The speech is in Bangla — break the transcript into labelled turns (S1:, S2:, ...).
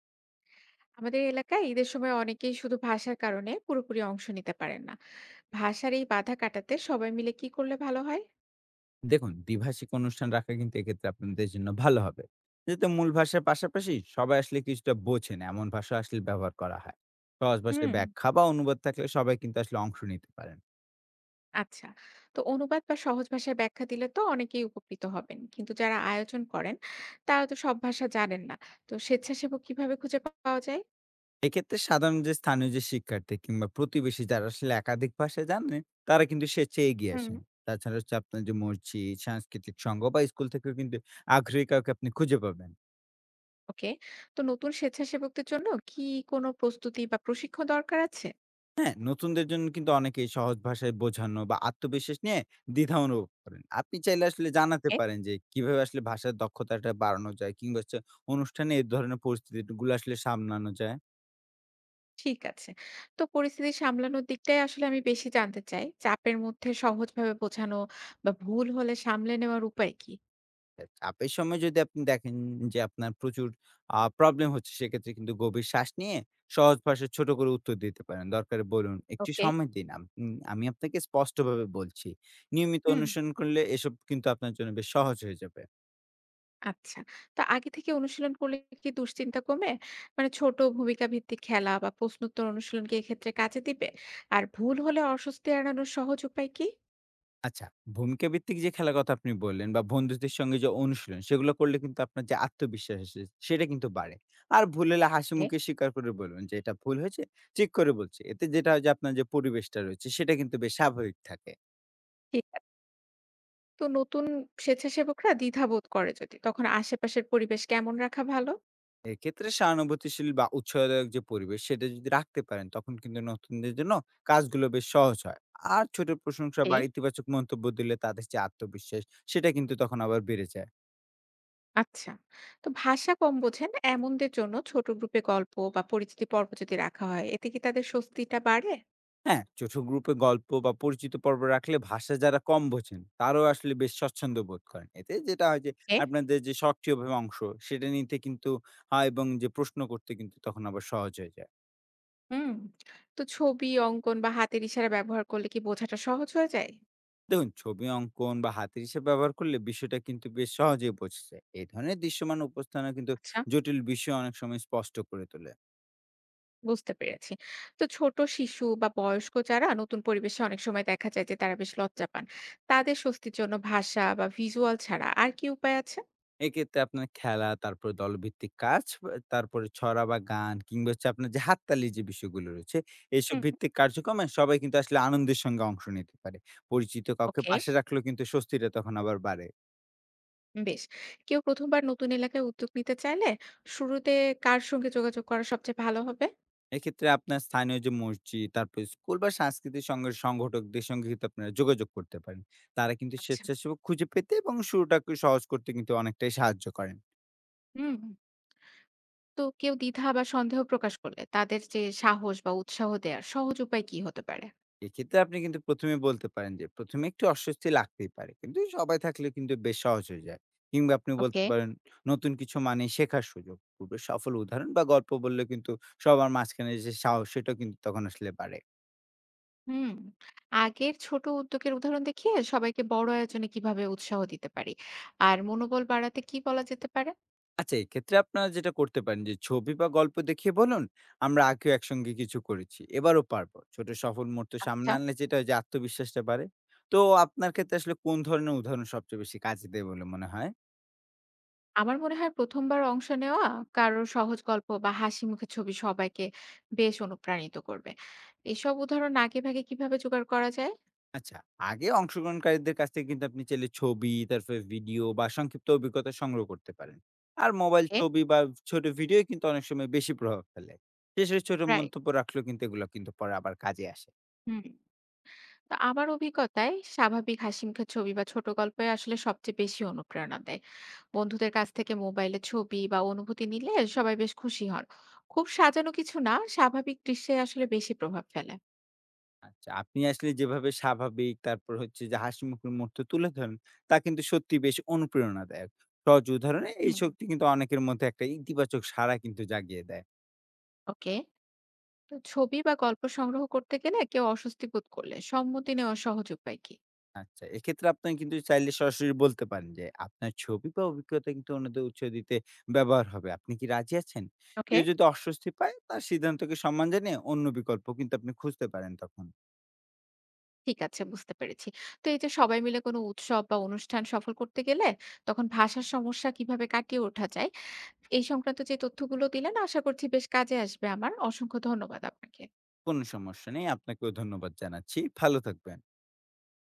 S1: আমাদের এলাকায় ঈদের সময় অনেকেই শুধু ভাষার কারণে পুরোপুরি অংশ নিতে পারেন না। ভাষার এই বাধা কাটাতে সবাই মিলে কি করলে ভালো হয়?
S2: দেখুন দ্বিভাষিক অনুষ্ঠান রাখা কিন্তু এক্ষেত্রে আপনাদের জন্য ভালো হবে যেহেতু মূল ভাষার পাশাপাশি সবাই আসলে কিছুটা বোঝেন এমন ভাষা আসলে ব্যবহার করা হয়। সহজ ভাষায়
S1: হুম।
S2: ব্যাখ্যা বা অনুবাদ থাকলে সবাই কিন্তু আসলে অংশ নিতে পারেন।
S1: আচ্ছা। তো অনুবাদ বা সহজ ভাষায় ব্যাখ্যা দিলে তো অনেকেই উপকৃত হবেন, কিন্তু যারা আয়োজন করেন তারা তো সব ভাষা জানেন না। তো স্বেচ্ছাসেবক কিভাবে খুঁজে পাওয়া যায়?
S2: এক্ষেত্রে সাধারণ যে স্থানীয় যে শিক্ষার্থী কিংবা প্রতিবেশী যারা আসলে একাধিক ভাষা জানেন, তারা কিন্তু স্বেচ্ছা এগিয়ে
S1: হুম।
S2: আসেন। তাছাড়া হচ্ছে আপনার যে মসজিদ, সাংস্কৃতিক সংঘ বা স্কুল থেকেও কিন্তু আগ্রহী কাউকে আপনি খুঁজে পাবেন।
S1: ওকে। তো নতুন স্বেচ্ছাসেবকদের জন্য কি কোনো প্রস্তুতি বা প্রশিক্ষণ দরকার আছে?
S2: হ্যাঁ, নতুনদের জন্য কিন্তু অনেকেই সহজ ভাষায় বোঝানো বা আত্মবিশ্বাস নিয়ে দ্বিধা অনুভব করেন। আপনি চাইলে আসলে জানাতে পারেন যে কিভাবে আসলে ভাষার দক্ষতাটা বাড়ানো যায় কিংবা হচ্ছে অনুষ্ঠানে এই ধরনের পরিস্থিতিগুলো আসলে সামলানো যায়।
S1: ঠিক আছে। তো পরিস্থিতি সামলানোর দিকটাই আসলে আমি বেশি জানতে চাই। চাপের মধ্যে সহজভাবে বোঝানো বা ভুল হলে সামলে নেওয়ার উপায় কি?
S2: চাপের সময় যদি আপনি দেখেন যে আপনার প্রচুর প্রবলেম হচ্ছে, সেক্ষেত্রে কিন্তু গভীর শ্বাস নিয়ে সহজ ভাষায় ছোট করে উত্তর দিতে পারেন। দরকারে বলুন, "একটু
S1: ওকে।
S2: সময় দিন। আমি আপনাকে স্পষ্টভাবে বলছি।" নিয়মিত
S1: হুম,
S2: অনুসরণ করলে এসব কিন্তু আপনার জন্য বেশ সহজ হয়ে যাবে।
S1: আচ্ছা। তো আগে থেকে অনুশীলন করলে কি দুশ্চিন্তা কমে? মানে ছোট ভূমিকা ভিত্তিক খেলা বা প্রশ্নোত্তর অনুশীলন কি এক্ষেত্রে কাজে দিবে? আর ভুল হলে অস্বস্তি এড়ানোর সহজ উপায় কি?
S2: আচ্ছা, ভূমিকা ভিত্তিক যে খেলার কথা আপনি বললেন বা বন্ধুদের সঙ্গে যে অনুশীলন, সেগুলো করলে কিন্তু আপনার যে আত্মবিশ্বাস আছে সেটা কিন্তু বাড়ে। আর ভুল হলে
S1: এ।
S2: হাসিমুখে স্বীকার করে বলবেন যে, "এটা ভুল হয়েছে, ঠিক করে বলছি।" এতে যেটা হয় যে আপনার যে পরিবেশটা রয়েছে সেটা কিন্তু বেশ স্বাভাবিক থাকে।
S1: ঠিক আছে। তো নতুন স্বেচ্ছাসেবকরা দ্বিধাবোধ করে যদি, তখন আশেপাশের পরিবেশ কেমন রাখা ভালো?
S2: এক্ষেত্রে সহানুভূতিশীল বা উৎসাহদায়ক যে পরিবেশ সেটা যদি রাখতে পারেন তখন কিন্তু নতুনদের জন্য কাজগুলো বেশ সহজ হয়। আর ছোট প্রশংসা বা ইতিবাচক মন্তব্য দিলে তাদের যে আত্মবিশ্বাস সেটা কিন্তু তখন আবার বেড়ে যায়।
S1: আচ্ছা। তো ভাষা কম বোঝেন এমনদের জন্য ছোট গ্রুপে গল্প বা পরিচিতি পর্ব যদি রাখা হয় এতে কি তাদের স্বস্তিটা বাড়ে?
S2: হ্যাঁ, ছোট গ্রুপে গল্প বা পরিচিত পর্ব রাখলে ভাষা যারা কম বোঝেন তারাও আসলে বেশ স্বচ্ছন্দ বোধ করেন। এতে যেটা হয় যে
S1: এ।
S2: আপনাদের যে সক্রিয়ভাবে অংশ সেটা নিতে কিন্তু হয় এবং যে প্রশ্ন করতে কিন্তু তখন আবার সহজ হয়ে যায়।
S1: হুম। তো ছবি অঙ্কন বা হাতের ইশারা ব্যবহার করলে কি বোঝাটা সহজ হয়ে যায়?
S2: দেখুন, ছবি অঙ্কন বা হাতের হিসাব ব্যবহার করলে বিষয়টা কিন্তু বেশ সহজেই বোঝা যায়। এই ধরনের দৃশ্যমান উপস্থানও কিন্তু
S1: আচ্ছা।
S2: জটিল বিষয় অনেক সময় স্পষ্ট করে তোলে।
S1: বুঝতে পেরেছি। তো ছোট শিশু বা বয়স্ক যারা নতুন পরিবেশে অনেক সময় দেখা যায় যে তারা বেশ লজ্জা পান, তাদের স্বস্তির জন্য ভাষা বা ভিজুয়াল ছাড়া আর কি উপায় আছে?
S2: এক্ষেত্রে আপনার খেলা, তারপরে দলভিত্তিক কাজ, তারপরে ছড়া বা গান কিংবা হচ্ছে আপনার যে হাততালির যে বিষয়গুলো রয়েছে, এসব
S1: হুম।
S2: ভিত্তিক কার্যক্রমে সবাই কিন্তু আসলে আনন্দের সঙ্গে অংশ নিতে পারে। পরিচিত কাউকে
S1: ওকে।
S2: পাশে রাখলেও কিন্তু স্বস্তিটা তখন আবার বাড়ে।
S1: বেশ। কেউ প্রথমবার নতুন এলাকায় উদ্যোগ নিতে চাইলে শুরুতে কার সঙ্গে যোগাযোগ করা সবচেয়ে ভালো হবে?
S2: এক্ষেত্রে আপনার স্থানীয় যে মসজিদ, তারপরে স্কুল বা সাংস্কৃতিক সঙ্গে সংগঠকদের সঙ্গে কিন্তু আপনারা যোগাযোগ করতে পারেন। তারা কিন্তু
S1: আচ্ছা।
S2: স্বেচ্ছাসেবক খুঁজে পেতে এবং শুরুটাকে সহজ করতে কিন্তু অনেকটাই সাহায্য করেন।
S1: হুম, হুম। তো কেউ দ্বিধা বা সন্দেহ প্রকাশ করলে তাদের যে সাহস বা উৎসাহ দেয়ার সহজ উপায় কি হতে পারে?
S2: এক্ষেত্রে আপনি কিন্তু ১ম এ বলতে পারেন যে, ১ম এ একটু অস্বস্তি লাগতেই পারে। কিন্তু সবাই থাকলে কিন্তু বেশ সহজ হয়ে যায়। কিংবা আপনি বলতে
S1: ওকে।
S2: পারেন, নতুন কিছু মানে শেখার সুযোগ। পূর্বের সফল উদাহরণ বা গল্প বললে কিন্তু সবার মাঝখানে যে সাহস, সেটাও কিন্তু তখন আসলে বাড়ে।
S1: হুম। আগের ছোট উদ্যোগের উদাহরণ দেখিয়ে সবাইকে বড় আয়োজনে কিভাবে উৎসাহ দিতে পারি? আর মনোবল বাড়াতে কি বলা যেতে পারে?
S2: আচ্ছা, এক্ষেত্রে আপনারা যেটা করতে পারেন যে, ছবি বা গল্প দেখিয়ে বলুন, "আমরা আগেও একসঙ্গে কিছু করেছি, এবারও পারবো।" ছোট সফল মুহূর্ত সামনে
S1: আচ্ছা।
S2: আনলে যেটা হয় যে আত্মবিশ্বাসটা বাড়ে। তো আপনার ক্ষেত্রে আসলে কোন ধরনের উদাহরণ সবচেয়ে বেশি কাজে দেয় বলে মনে হয়?
S1: আমার মনে হয় প্রথমবার অংশ নেওয়া কারোর সহজ গল্প বা হাসি মুখের ছবি সবাইকে বেশ অনুপ্রাণিত করবে। এসব উদাহরণ আগে ভাগে কিভাবে জোগাড় করা যায়?
S2: আচ্ছা, আগে অংশগ্রহণকারীদের কাছ থেকে কিন্তু আপনি চাইলে ছবি, তারপরে ভিডিও বা সংক্ষিপ্ত অভিজ্ঞতা সংগ্রহ করতে পারেন। আর মোবাইল
S1: ওকে।
S2: ছবি বা ছোট ভিডিওই কিন্তু অনেক সময় বেশি প্রভাব ফেলে। শেষে ছোট
S1: রাইট।
S2: মন্তব্য রাখলেও কিন্তু এগুলো কিন্তু পরে আবার কাজে আসে।
S1: হুম। তো আমার অভিজ্ঞতায় স্বাভাবিক হাসিমুখে ছবি বা ছোট গল্পে আসলে সবচেয়ে বেশি অনুপ্রেরণা দেয়। বন্ধুদের কাছ থেকে মোবাইলে ছবি বা অনুভূতি নিলে সবাই বেশ খুশি হন। খুব সাজানো কিছু না, স্বাভাবিক দৃশ্যে আসলে বেশি প্রভাব ফেলে।
S2: আচ্ছা, আপনি আসলে যেভাবে স্বাভাবিক তারপর হচ্ছে যে হাসিমুখের মুহূর্ত তুলে ধরেন, তা কিন্তু সত্যি বেশ অনুপ্রেরণাদায়ক। সহজ উদাহরণে এই
S1: হুম।
S2: শক্তি কিন্তু অনেকের মধ্যে একটা ইতিবাচক সাড়া কিন্তু জাগিয়ে দেয়।
S1: ওকে। তো ছবি বা গল্প সংগ্রহ করতে গেলে কেউ অস্বস্তি বোধ করলে সম্মতি নেওয়ার সহজ উপায় কি?
S2: আচ্ছা, এক্ষেত্রে আপনারা কিন্তু চাইলে সরাসরি বলতে পারেন যে, আপনার ছবি বা অভিজ্ঞতা কিন্তু অন্যদের উৎস দিতে ব্যবহার হবে। আপনি কি রাজি আছেন?
S1: ওকে।
S2: কেউ যদি অস্বস্তি পায়, তার সিদ্ধান্তকে সম্মান জানিয়ে অন্য বিকল্প কিন্তু আপনি খুঁজতে পারেন তখন।
S1: ঠিক আছে, বুঝতে পেরেছি। তো এই যে সবাই মিলে কোনো উৎসব বা অনুষ্ঠান সফল করতে গেলে তখন ভাষার সমস্যা কিভাবে কাটিয়ে ওঠা যায়, এই সংক্রান্ত যে তথ্যগুলো দিলেন আশা করছি বেশ কাজে আসবে আমার। অসংখ্য ধন্যবাদ আপনাকে।
S2: কোনো সমস্যা নেই। আপনাকেও ধন্যবাদ জানাচ্ছি। ভালো থাকবেন।